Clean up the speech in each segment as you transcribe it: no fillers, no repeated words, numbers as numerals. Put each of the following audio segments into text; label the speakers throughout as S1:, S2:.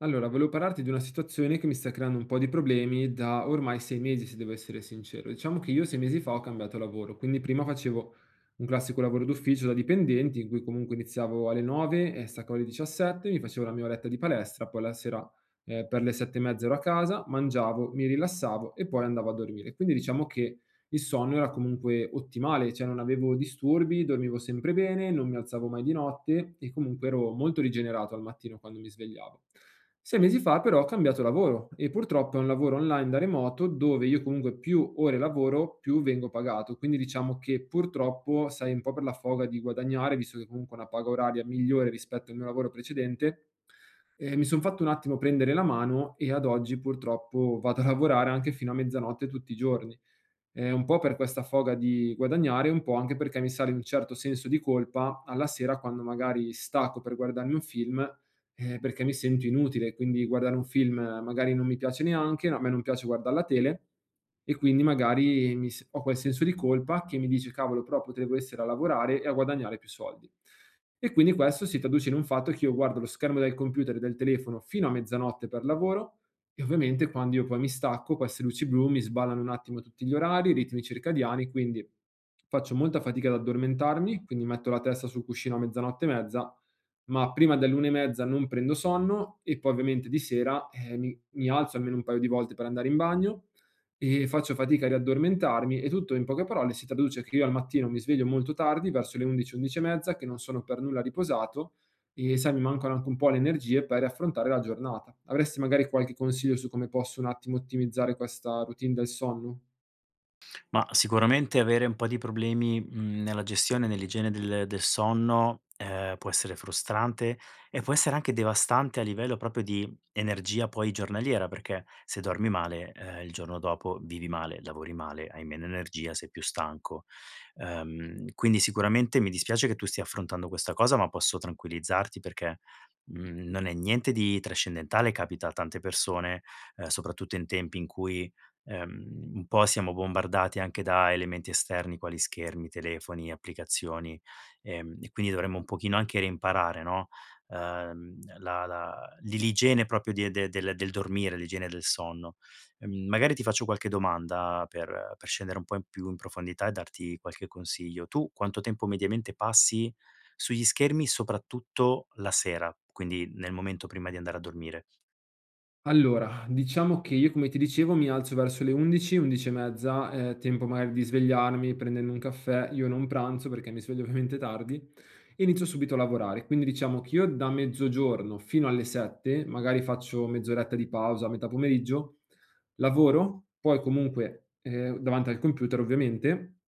S1: Allora, volevo parlarti di una situazione che mi sta creando un po' di problemi da ormai 6 mesi, se devo essere sincero. Diciamo che io 6 mesi fa ho cambiato lavoro, quindi prima facevo un classico lavoro d'ufficio da dipendenti, in cui comunque iniziavo alle 9 e staccavo alle 17, mi facevo la mia oretta di palestra, poi la sera per le 7 e mezza ero a casa, mangiavo, mi rilassavo e poi andavo a dormire. Quindi diciamo che il sonno era comunque ottimale, cioè non avevo disturbi, dormivo sempre bene, non mi alzavo mai di notte e comunque ero molto rigenerato al mattino quando mi svegliavo. 6 mesi fa però ho cambiato lavoro e purtroppo è un lavoro online da remoto dove io comunque più ore lavoro, più vengo pagato. Quindi diciamo che purtroppo sai un po' per la foga di guadagnare, visto che comunque ho una paga oraria migliore rispetto al mio lavoro precedente, mi sono fatto un attimo prendere la mano e ad oggi purtroppo vado a lavorare anche fino a mezzanotte tutti i giorni. Un po' per questa foga di guadagnare, un po' anche perché mi sale un certo senso di colpa alla sera quando magari stacco per guardarmi un film, perché mi sento inutile. Quindi guardare un film magari non mi piace neanche, no, a me non piace guardar la tele e quindi magari mi s ho quel senso di colpa che mi dice: "Cavolo, però potevo essere a lavorare e a guadagnare più soldi". E quindi questo si traduce in un fatto che io guardo lo schermo del computer e del telefono fino a mezzanotte per lavoro e ovviamente quando io poi mi stacco queste luci blu mi sballano un attimo tutti gli orari, i ritmi circadiani, quindi faccio molta fatica ad addormentarmi, quindi metto la testa sul cuscino a mezzanotte e mezza, ma prima dell'una e mezza non prendo sonno e poi ovviamente di sera, mi alzo almeno un paio di volte per andare in bagno e faccio fatica a riaddormentarmi e tutto in poche parole si traduce che io al mattino mi sveglio molto tardi, verso le 11, 11 e mezza, che non sono per nulla riposato e sai mi mancano anche un po' le energie per affrontare la giornata. Avresti magari qualche consiglio su come posso un attimo ottimizzare questa routine del sonno?
S2: Ma sicuramente avere un po' di problemi, nella gestione, nell'igiene del sonno, può essere frustrante e può essere anche devastante a livello proprio di energia poi giornaliera, perché se dormi male, il giorno dopo vivi male, lavori male, hai meno energia, sei più stanco. Quindi sicuramente mi dispiace che tu stia affrontando questa cosa, ma posso tranquillizzarti perché, non è niente di trascendentale, capita a tante persone, soprattutto in tempi in cui ehm, un po' siamo bombardati anche da elementi esterni quali schermi, telefoni, applicazioni, e quindi dovremmo un pochino anche reimparare, no, la la l'i l'igiene proprio di de del del dormire, l'igiene del sonno. Magari ti faccio qualche domanda per scendere un po' in più in profondità e darti qualche consiglio. Tu quanto tempo mediamente passi sugli schermi, soprattutto la sera, quindi nel momento prima di andare a dormire?
S1: Allora, diciamo che io come ti dicevo mi alzo verso le 11, 11 e mezza, tempo magari di svegliarmi, prendendo un caffè, io non pranzo perché mi sveglio ovviamente tardi e inizio subito a lavorare. Quindi diciamo che io da mezzogiorno fino alle 7, magari faccio mezz'oretta di pausa a metà pomeriggio, lavoro, poi comunque, davanti al computer ovviamente,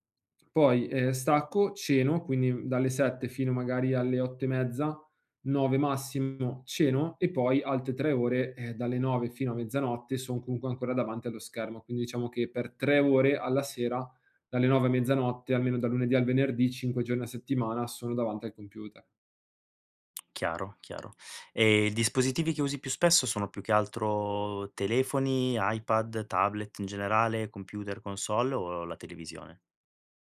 S1: poi, stacco, ceno, quindi dalle 7 fino magari alle 8 e mezza, 9 massimo ceno e poi altre 3 ore, dalle 9 fino a mezzanotte son comunque ancora davanti allo schermo. Quindi diciamo che per 3 ore alla sera dalle 9 a mezzanotte, almeno da lunedì al venerdì, 5 giorni a settimana, sono davanti al computer.
S2: Chiaro, chiaro. E i dispositivi che usi più spesso sono più che altro telefoni, iPad, tablet in generale, computer, console o la televisione?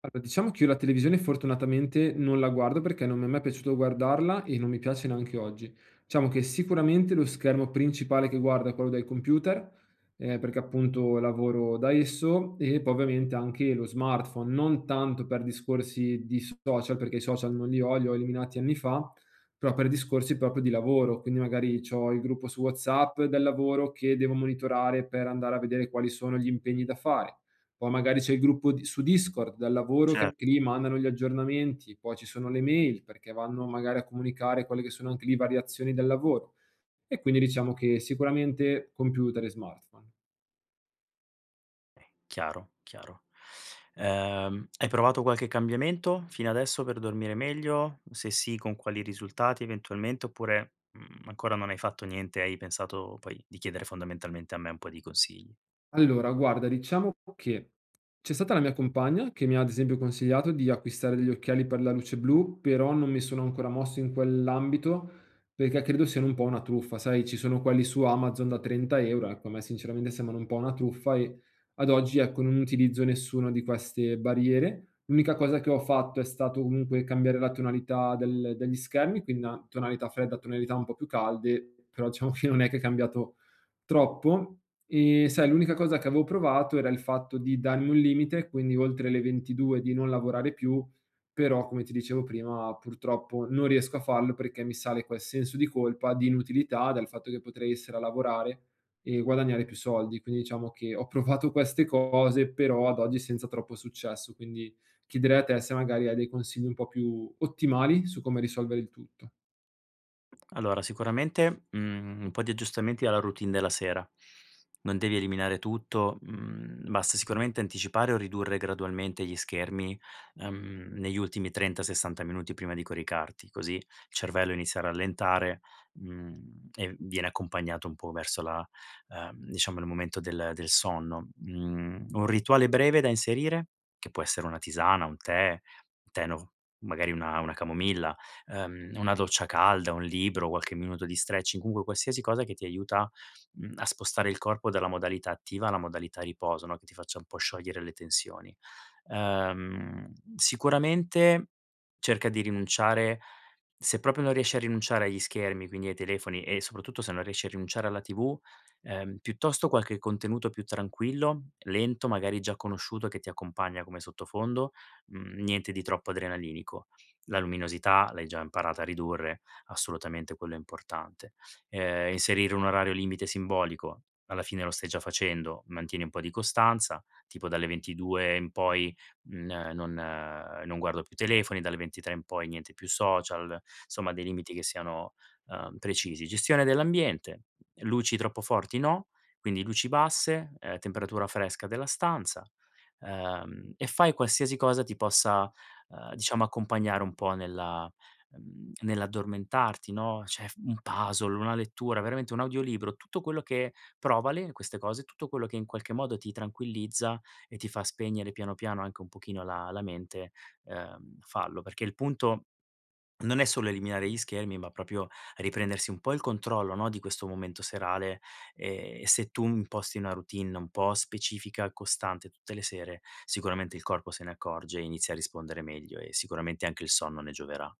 S1: Allora, diciamo che io la televisione fortunatamente non la guardo perché non mi è mai piaciuto guardarla e non mi piace neanche oggi. Diciamo che sicuramente lo schermo principale che guardo è quello del computer, perché appunto lavoro da esso, e poi ovviamente anche lo smartphone, non tanto per discorsi di social, perché i social non li ho, li ho eliminati anni fa, però per discorsi proprio di lavoro. Quindi magari ho il gruppo su WhatsApp del lavoro che devo monitorare per andare a vedere quali sono gli impegni da fare, poi magari c'è il gruppo di su Discord del lavoro che anche lì
S2: Certo.
S1: mandano gli aggiornamenti, poi ci sono le mail perché vanno magari a comunicare quelle che sono anche lì variazioni del lavoro. E quindi diciamo che sicuramente computer e smartphone.
S2: Chiaro, chiaro. Hai provato qualche cambiamento fino adesso per dormire meglio? Se sì, con quali risultati eventualmente? Oppure, ancora non hai fatto niente, hai pensato poi di chiedere fondamentalmente a me un po' di consigli?
S1: Allora, guarda, diciamo che c'è stata la mia compagna che mi ha ad esempio consigliato di acquistare degli occhiali per la luce blu, però non mi sono ancora mosso in quell'ambito perché credo siano un po' una truffa, sai, ci sono quelli su Amazon da 30 euro, ecco, a me sinceramente sembrano un po' una truffa e ad oggi ecco, non utilizzo nessuna di queste barriere. L'unica cosa che ho fatto è stato comunque cambiare la tonalità degli schermi, quindi una tonalità fredda, tonalità un po' più calde, però diciamo che non è che è cambiato troppo. Sai, l'unica cosa che avevo provato era il fatto di darmi un limite, quindi oltre le 22 di non lavorare più, però come ti dicevo prima purtroppo non riesco a farlo perché mi sale quel senso di colpa, di inutilità, dal fatto che potrei essere a lavorare e guadagnare più soldi. Quindi diciamo che ho provato queste cose, però ad oggi senza troppo successo, quindi chiederei a te se magari hai dei consigli un po' più ottimali su come risolvere il tutto.
S2: Allora, sicuramente, un po' di aggiustamenti alla routine della sera. Non devi eliminare tutto, basta sicuramente anticipare o ridurre gradualmente gli schermi, negli ultimi 30, 60 minuti prima di coricarti, così il cervello inizia a rallentare, mhmm, e viene accompagnato un po' verso la diciamo il momento del sonno. Mhmm, un rituale breve da inserire, che può essere una tisana, un tè no, magari una camomilla una doccia calda, un libro, qualche minuto di stretching, comunque qualsiasi cosa che ti aiuta, a spostare il corpo dalla modalità attiva alla modalità riposo, no, che ti faccia un po' sciogliere le tensioni. Sicuramente cerca di rinunciare se proprio non riesci a rinunciare agli schermi, quindi ai telefoni e soprattutto se non riesci a rinunciare alla TV, piuttosto qualche contenuto più tranquillo, lento, magari già conosciuto che ti accompagna come sottofondo, niente di troppo adrenalinico. La luminosità l'hai già imparata a ridurre, assolutamente quello è importante. Inserire un orario limite simbolico, alla fine lo stai già facendo, mantieni un po' di costanza, tipo dalle 22 in poi, non guardo più telefoni, dalle 23 in poi niente più social, insomma dei limiti che siano, precisi. Gestione dell'ambiente, luci troppo forti no, quindi luci basse, temperatura fresca della stanza, e fai qualsiasi cosa ti possa diciamo accompagnare un po' nell'addormentarti, no, cioè f un puzzle, una lettura, veramente un audiolibro, tutto quello che provale queste cose, tutto quello che in qualche modo ti tranquillizza e ti fa spegnere piano piano anche un pochino la mente, fallo. Perché il punto non è solo eliminare gli schermi, ma proprio riprendersi un po' il controllo, no, di questo momento serale, e se tu imposti una routine un po' specifica, costante tutte le sere, sicuramente il corpo se ne accorge e inizia a rispondere meglio e sicuramente anche il sonno ne gioverà.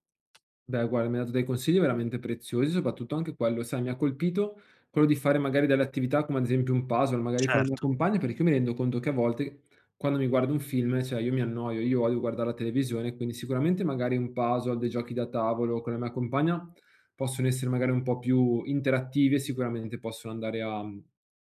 S1: Beh, guarda, mi hai dato dei consigli veramente preziosi, soprattutto anche quello, sai, mi ha colpito quello di fare magari delle attività come ad esempio un puzzle, magari con la mia
S2: Certo.
S1: compagna, perché io mi rendo conto che a volte quando mi guardo un film, cioè io mi annoio, io odio guardare la televisione, quindi sicuramente magari un puzzle, dei giochi da tavolo con la mia compagna possono essere magari un po' più interattivi e sicuramente possono andare a,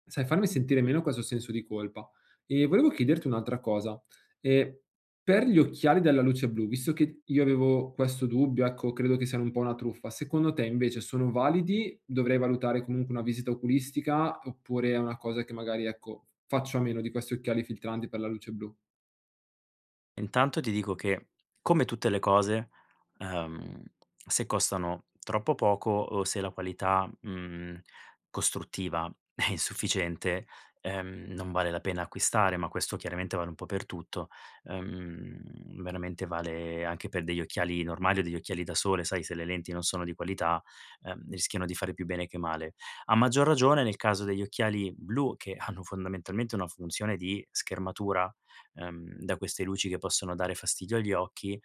S1: sai, farmi sentire meno questo senso di colpa. E volevo chiederti un'altra cosa. E per gli occhiali dalla luce blu, visto che io avevo questo dubbio, ecco, credo che siano un po' una truffa. Secondo te invece sono validi? Dovrei valutare comunque una visita oculistica oppure è una cosa che magari, ecco, faccio a meno di questi occhiali filtranti per la luce blu?
S2: Intanto ti dico che, come tutte le cose, ehm, se costano troppo poco o se la qualità, costruttiva è insufficiente, non vale la pena acquistare, ma questo chiaramente vale un po' per tutto. Veramente vale anche per degli occhiali normali o degli occhiali da sole, sai se le lenti non sono di qualità, rischiano di fare più bene che male. A maggior ragione nel caso degli occhiali blu che hanno fondamentalmente una funzione di schermatura da queste luci che possono dare fastidio agli occhi,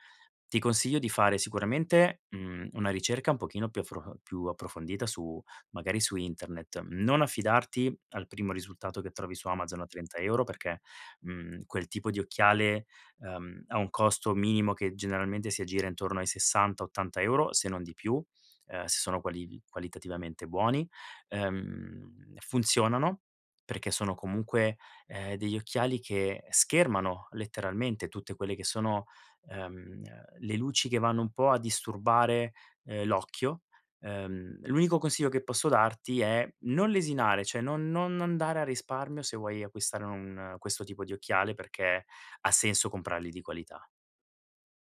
S2: ti consiglio di fare sicuramente, una ricerca un pochino più affro più approfondita su magari su internet. Non affidarti al primo risultato che trovi su Amazon a 30 € perché, quel tipo di occhiale, ha un costo minimo che generalmente si aggira intorno ai 60, 80 € se non di più, se sono qualitativamente buoni. Funzionano perché sono comunque degli occhiali che schermano letteralmente tutte quelle che sono, ehm, le luci che vanno un po' a disturbare, l'occhio. L'unico consiglio che posso darti è non lesinare, cioè non andare a risparmio se vuoi acquistare un questo tipo di occhiale, perché ha senso comprarli di qualità.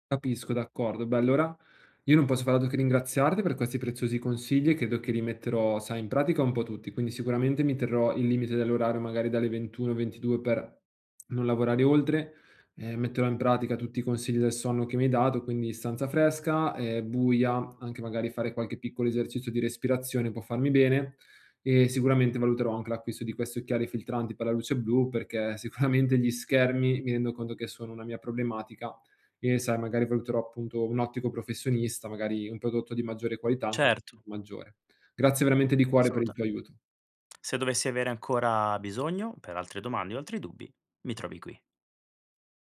S1: Capisco, d'accordo. Beh, allora io non posso far altro che ringraziarti per questi preziosi consigli e credo che li metterò, sai, in pratica un po' tutti. Quindi sicuramente mi terrò il limite dell'orario magari dalle 21-22 per non lavorare oltre. Metterò in pratica tutti i consigli del sonno che mi hai dato, quindi stanza fresca, buia, anche magari fare qualche piccolo esercizio di respirazione può farmi bene. E sicuramente valuterò anche l'acquisto di questi occhiali filtranti per la luce blu, perché sicuramente gli schermi mi rendo conto che sono una mia problematica e sai magari valuterò appunto un ottico professionista, magari un prodotto di maggiore qualità, anche
S2: Certo.
S1: maggiore. Grazie veramente di cuore per il tuo
S2: Assolutamente.
S1: aiuto.
S2: Se dovessi avere ancora bisogno per altre domande o altri dubbi, mi trovi qui.